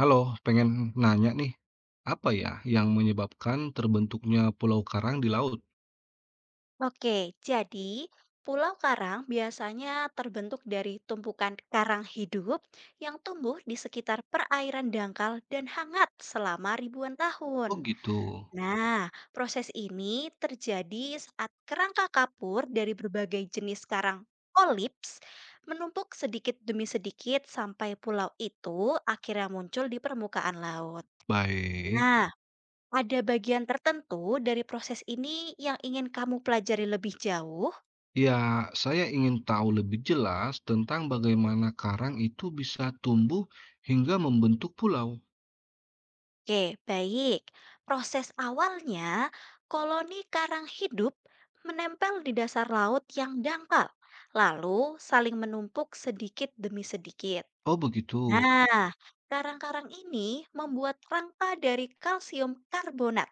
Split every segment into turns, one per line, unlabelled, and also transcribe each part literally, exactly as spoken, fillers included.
Halo, pengen nanya nih, apa ya yang menyebabkan terbentuknya pulau karang di laut?
Oke, jadi pulau karang biasanya terbentuk dari tumpukan karang hidup yang tumbuh di sekitar perairan dangkal dan hangat selama ribuan
Oh
tahun.
gitu.
Nah, proses ini terjadi saat kerangka kapur dari berbagai jenis karang kolips menumpuk sedikit demi sedikit sampai pulau itu akhirnya muncul di permukaan laut.
Baik.
Nah, ada bagian tertentu dari proses ini yang ingin kamu pelajari lebih jauh?
Ya, saya ingin tahu lebih jelas tentang bagaimana karang itu bisa tumbuh hingga membentuk pulau.
Oke, baik. Proses awalnya, koloni karang hidup menempel di dasar laut yang dangkal, lalu saling menumpuk sedikit demi sedikit.
Oh begitu.
Nah, karang-karang ini membuat rangka dari kalsium karbonat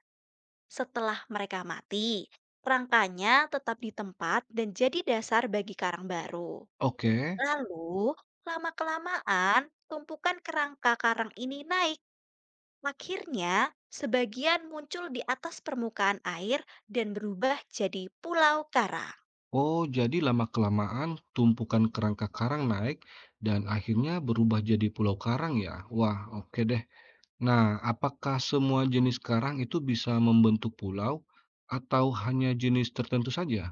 setelah mereka mati. Rangkanya tetap di tempat dan jadi dasar bagi karang baru.
Oke.
Lalu, lama-kelamaan, tumpukan kerangka karang ini naik. Akhirnya, sebagian muncul di atas permukaan air dan berubah jadi pulau karang.
Oh, jadi lama-kelamaan tumpukan kerangka karang naik dan akhirnya berubah jadi pulau karang ya? Wah, oke deh. Nah, apakah semua jenis karang itu bisa membentuk pulau atau hanya jenis tertentu saja?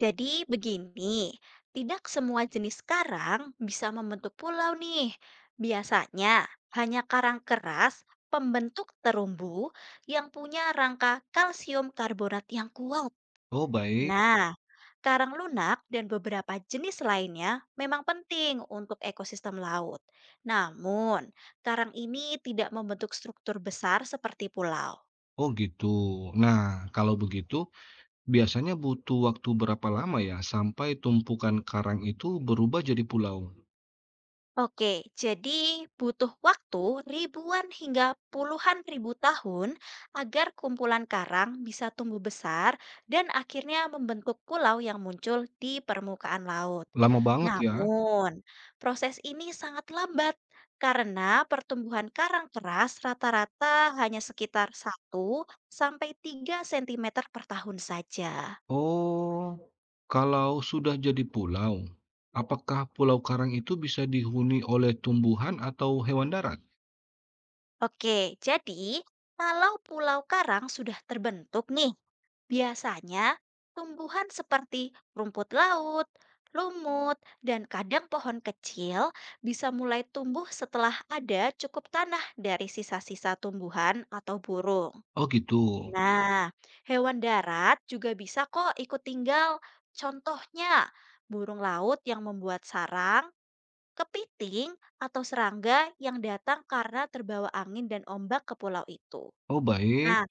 Jadi begini, tidak semua jenis karang bisa membentuk pulau nih. Biasanya hanya karang keras, pembentuk terumbu yang punya rangka kalsium karbonat yang kuat.
Oh, baik.
Nah, karang lunak dan beberapa jenis lainnya memang penting untuk ekosistem laut. Namun, karang ini tidak membentuk struktur besar seperti pulau.
Oh, gitu. Nah, kalau begitu, biasanya butuh waktu berapa lama ya sampai tumpukan karang itu berubah jadi pulau?
Oke, jadi butuh waktu ribuan hingga puluhan ribu tahun agar kumpulan karang bisa tumbuh besar dan akhirnya membentuk pulau yang muncul di permukaan laut.
Lama banget ya.
Namun, proses ini sangat lambat karena pertumbuhan karang keras rata-rata hanya sekitar satu sampai tiga sentimeter per tahun saja.
Oh, kalau sudah jadi pulau, apakah pulau karang itu bisa dihuni oleh tumbuhan atau hewan darat?
Oke, jadi kalau pulau karang sudah terbentuk nih, biasanya tumbuhan seperti rumput laut, lumut, dan kadang pohon kecil bisa mulai tumbuh setelah ada cukup tanah dari sisa-sisa tumbuhan atau burung.
Oh, gitu.
Nah, hewan darat juga bisa kok ikut tinggal. Contohnya, burung laut yang membuat sarang, kepiting, atau serangga yang datang karena terbawa angin dan ombak ke pulau itu.
Oh, baik.
Nah,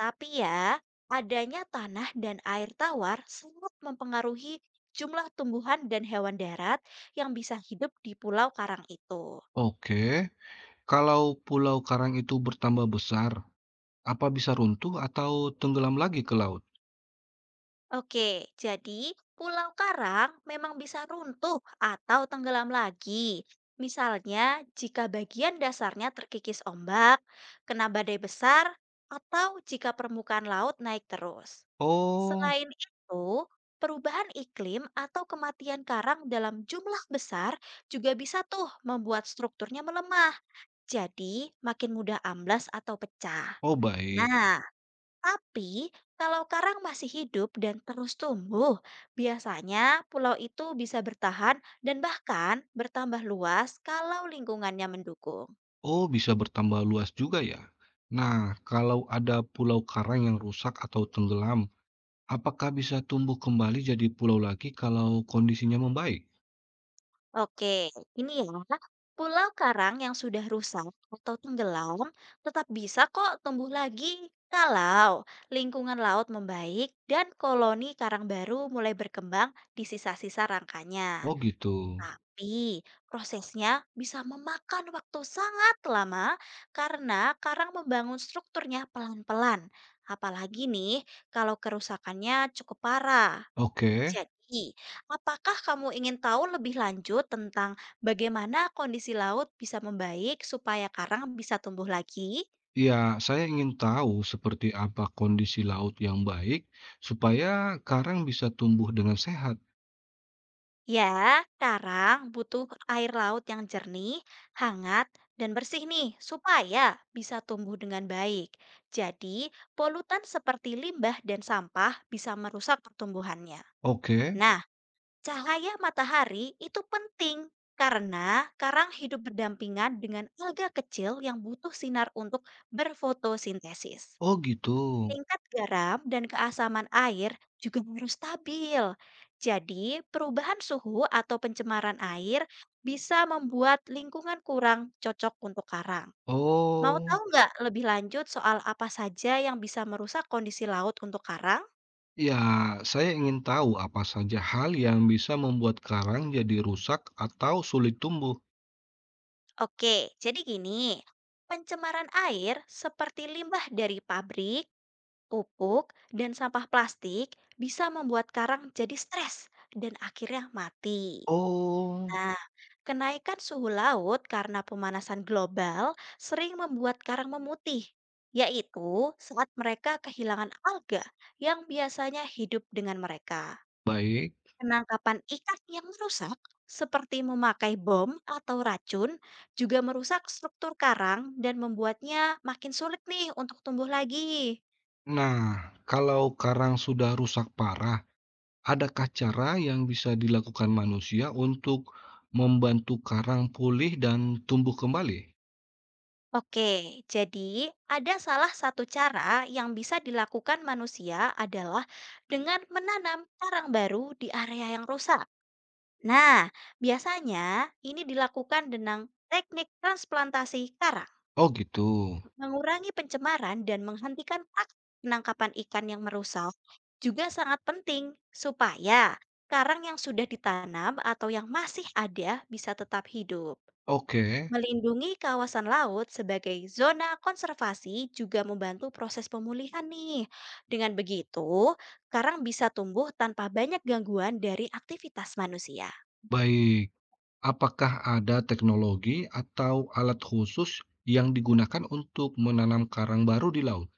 tapi ya, adanya tanah dan air tawar sangat mempengaruhi jumlah tumbuhan dan hewan darat yang bisa hidup di pulau karang itu.
Oke. Kalau Pulau Karang itu bertambah besar, apa bisa runtuh atau tenggelam lagi ke laut?
Oke, jadi pulau karang memang bisa runtuh atau tenggelam lagi. Misalnya, jika bagian dasarnya terkikis ombak, kena badai besar, atau jika permukaan laut naik terus.
Oh,
Selain itu, perubahan iklim atau kematian karang dalam jumlah besar juga bisa tuh membuat strukturnya melemah, jadi makin mudah amblas atau pecah.
oh baik.
Nah, tapi, kalau karang masih hidup dan terus tumbuh, biasanya pulau itu bisa bertahan dan bahkan bertambah luas kalau lingkungannya mendukung.
Oh, bisa bertambah luas juga ya. Nah, kalau ada pulau karang yang rusak atau tenggelam, apakah bisa tumbuh kembali jadi pulau lagi kalau kondisinya membaik?
Oke, ini ya. Pulau karang yang sudah rusak atau tenggelam tetap bisa kok tumbuh lagi kalau lingkungan laut membaik dan koloni karang baru mulai berkembang di sisa-sisa
Oh,
rangkanya.
gitu.
Tapi prosesnya bisa memakan waktu sangat lama karena karang membangun strukturnya pelan-pelan. Apalagi nih kalau kerusakannya cukup parah.
Oke.
Jadi, apakah kamu ingin tahu lebih lanjut tentang bagaimana kondisi laut bisa membaik supaya karang bisa tumbuh lagi?
Ya, saya ingin tahu seperti apa kondisi laut yang baik supaya karang bisa tumbuh dengan sehat.
Ya, karang butuh air laut yang jernih, hangat, dan bersih nih supaya bisa tumbuh dengan baik. Jadi, polutan seperti limbah dan sampah bisa merusak pertumbuhannya.
Oke.
Nah, cahaya matahari itu penting karena karang hidup berdampingan dengan alga kecil yang butuh sinar untuk berfotosintesis.
Oh, gitu.
Tingkat garam dan keasaman air juga harus stabil. Jadi, perubahan suhu atau pencemaran air bisa membuat lingkungan kurang cocok untuk karang. Mau
Oh,
tahu nggak lebih lanjut soal apa saja yang bisa merusak kondisi laut untuk karang?
ya, saya ingin tahu apa saja hal yang bisa membuat karang jadi rusak atau sulit tumbuh.
Oke, jadi gini, pencemaran air seperti limbah dari pabrik, pupuk, dan sampah plastik bisa membuat karang jadi stres dan akhirnya mati.
Oh,
Nah, kenaikan suhu laut karena pemanasan global sering membuat karang memutih, yaitu saat mereka kehilangan alga yang biasanya hidup dengan mereka.
baik.
Penangkapan ikan yang merusak, seperti memakai bom atau racun, juga merusak struktur karang dan membuatnya makin sulit nih untuk tumbuh lagi.
Nah, kalau karang sudah rusak parah, adakah cara yang bisa dilakukan manusia untuk membantu karang pulih dan tumbuh kembali?
Oke, jadi ada salah satu cara yang bisa dilakukan manusia adalah dengan menanam karang baru di area yang rusak. Nah, biasanya ini dilakukan dengan teknik transplantasi karang.
Oh, gitu.
Mengurangi pencemaran dan menghentikan praktik penangkapan ikan yang merusak juga sangat penting supaya karang yang sudah ditanam atau yang masih ada bisa tetap hidup.
Oke,
Melindungi kawasan laut sebagai zona konservasi juga membantu proses pemulihan nih. Dengan begitu, karang bisa tumbuh tanpa banyak gangguan dari aktivitas manusia.
baik. Apakah ada teknologi atau alat khusus yang digunakan untuk menanam karang baru di laut?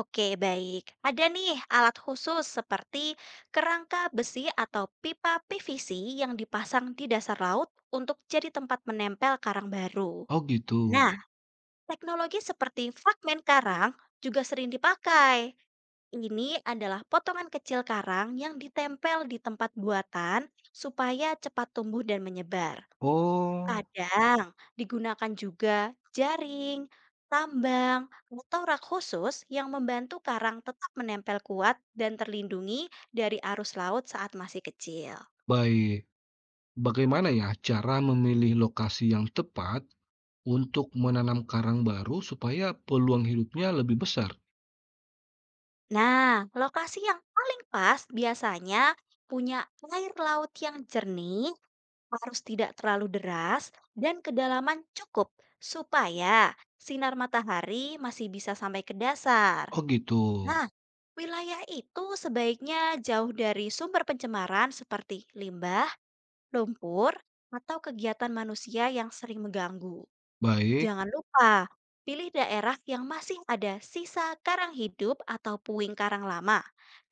Oke, baik. Ada nih alat khusus seperti kerangka besi atau pipa P V C yang dipasang di dasar laut untuk jadi tempat menempel karang baru.
Oh gitu.
Nah, teknologi seperti fragmen karang juga sering dipakai. Ini adalah potongan kecil karang yang ditempel di tempat buatan supaya cepat tumbuh dan menyebar.
Oh,
Kadang digunakan juga jaring, tambang, atau rak khusus yang membantu karang tetap menempel kuat dan terlindungi dari arus laut saat masih kecil.
baik. Bagaimana ya cara memilih lokasi yang tepat untuk menanam karang baru supaya peluang hidupnya lebih besar?
Nah, lokasi yang paling pas biasanya punya air laut yang jernih, harus tidak terlalu deras, dan kedalaman cukup supaya sinar matahari masih bisa sampai ke dasar.
Oh gitu.
Nah, wilayah itu sebaiknya jauh dari sumber pencemaran seperti limbah, lumpur, atau kegiatan manusia yang sering mengganggu.
Baik.
Jangan lupa, pilih daerah yang masih ada sisa karang hidup atau puing karang lama,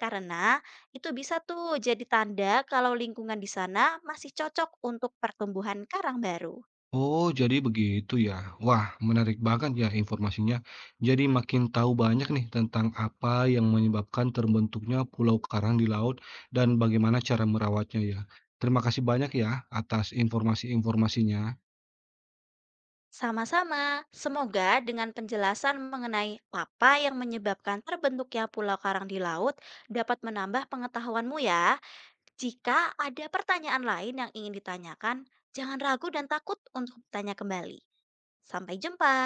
karena itu bisa tuh jadi tanda kalau lingkungan di sana masih cocok untuk pertumbuhan karang baru.
Oh, jadi begitu ya. Wah, menarik banget ya informasinya. Jadi makin tahu banyak nih tentang apa yang menyebabkan terbentuknya pulau karang di laut dan bagaimana cara merawatnya ya. Terima kasih banyak ya atas informasi-informasinya.
Sama-sama, semoga dengan penjelasan mengenai apa yang menyebabkan terbentuknya pulau karang di laut dapat menambah pengetahuanmu ya. Jika ada pertanyaan lain yang ingin ditanyakan, jangan ragu dan takut untuk bertanya kembali. Sampai jumpa.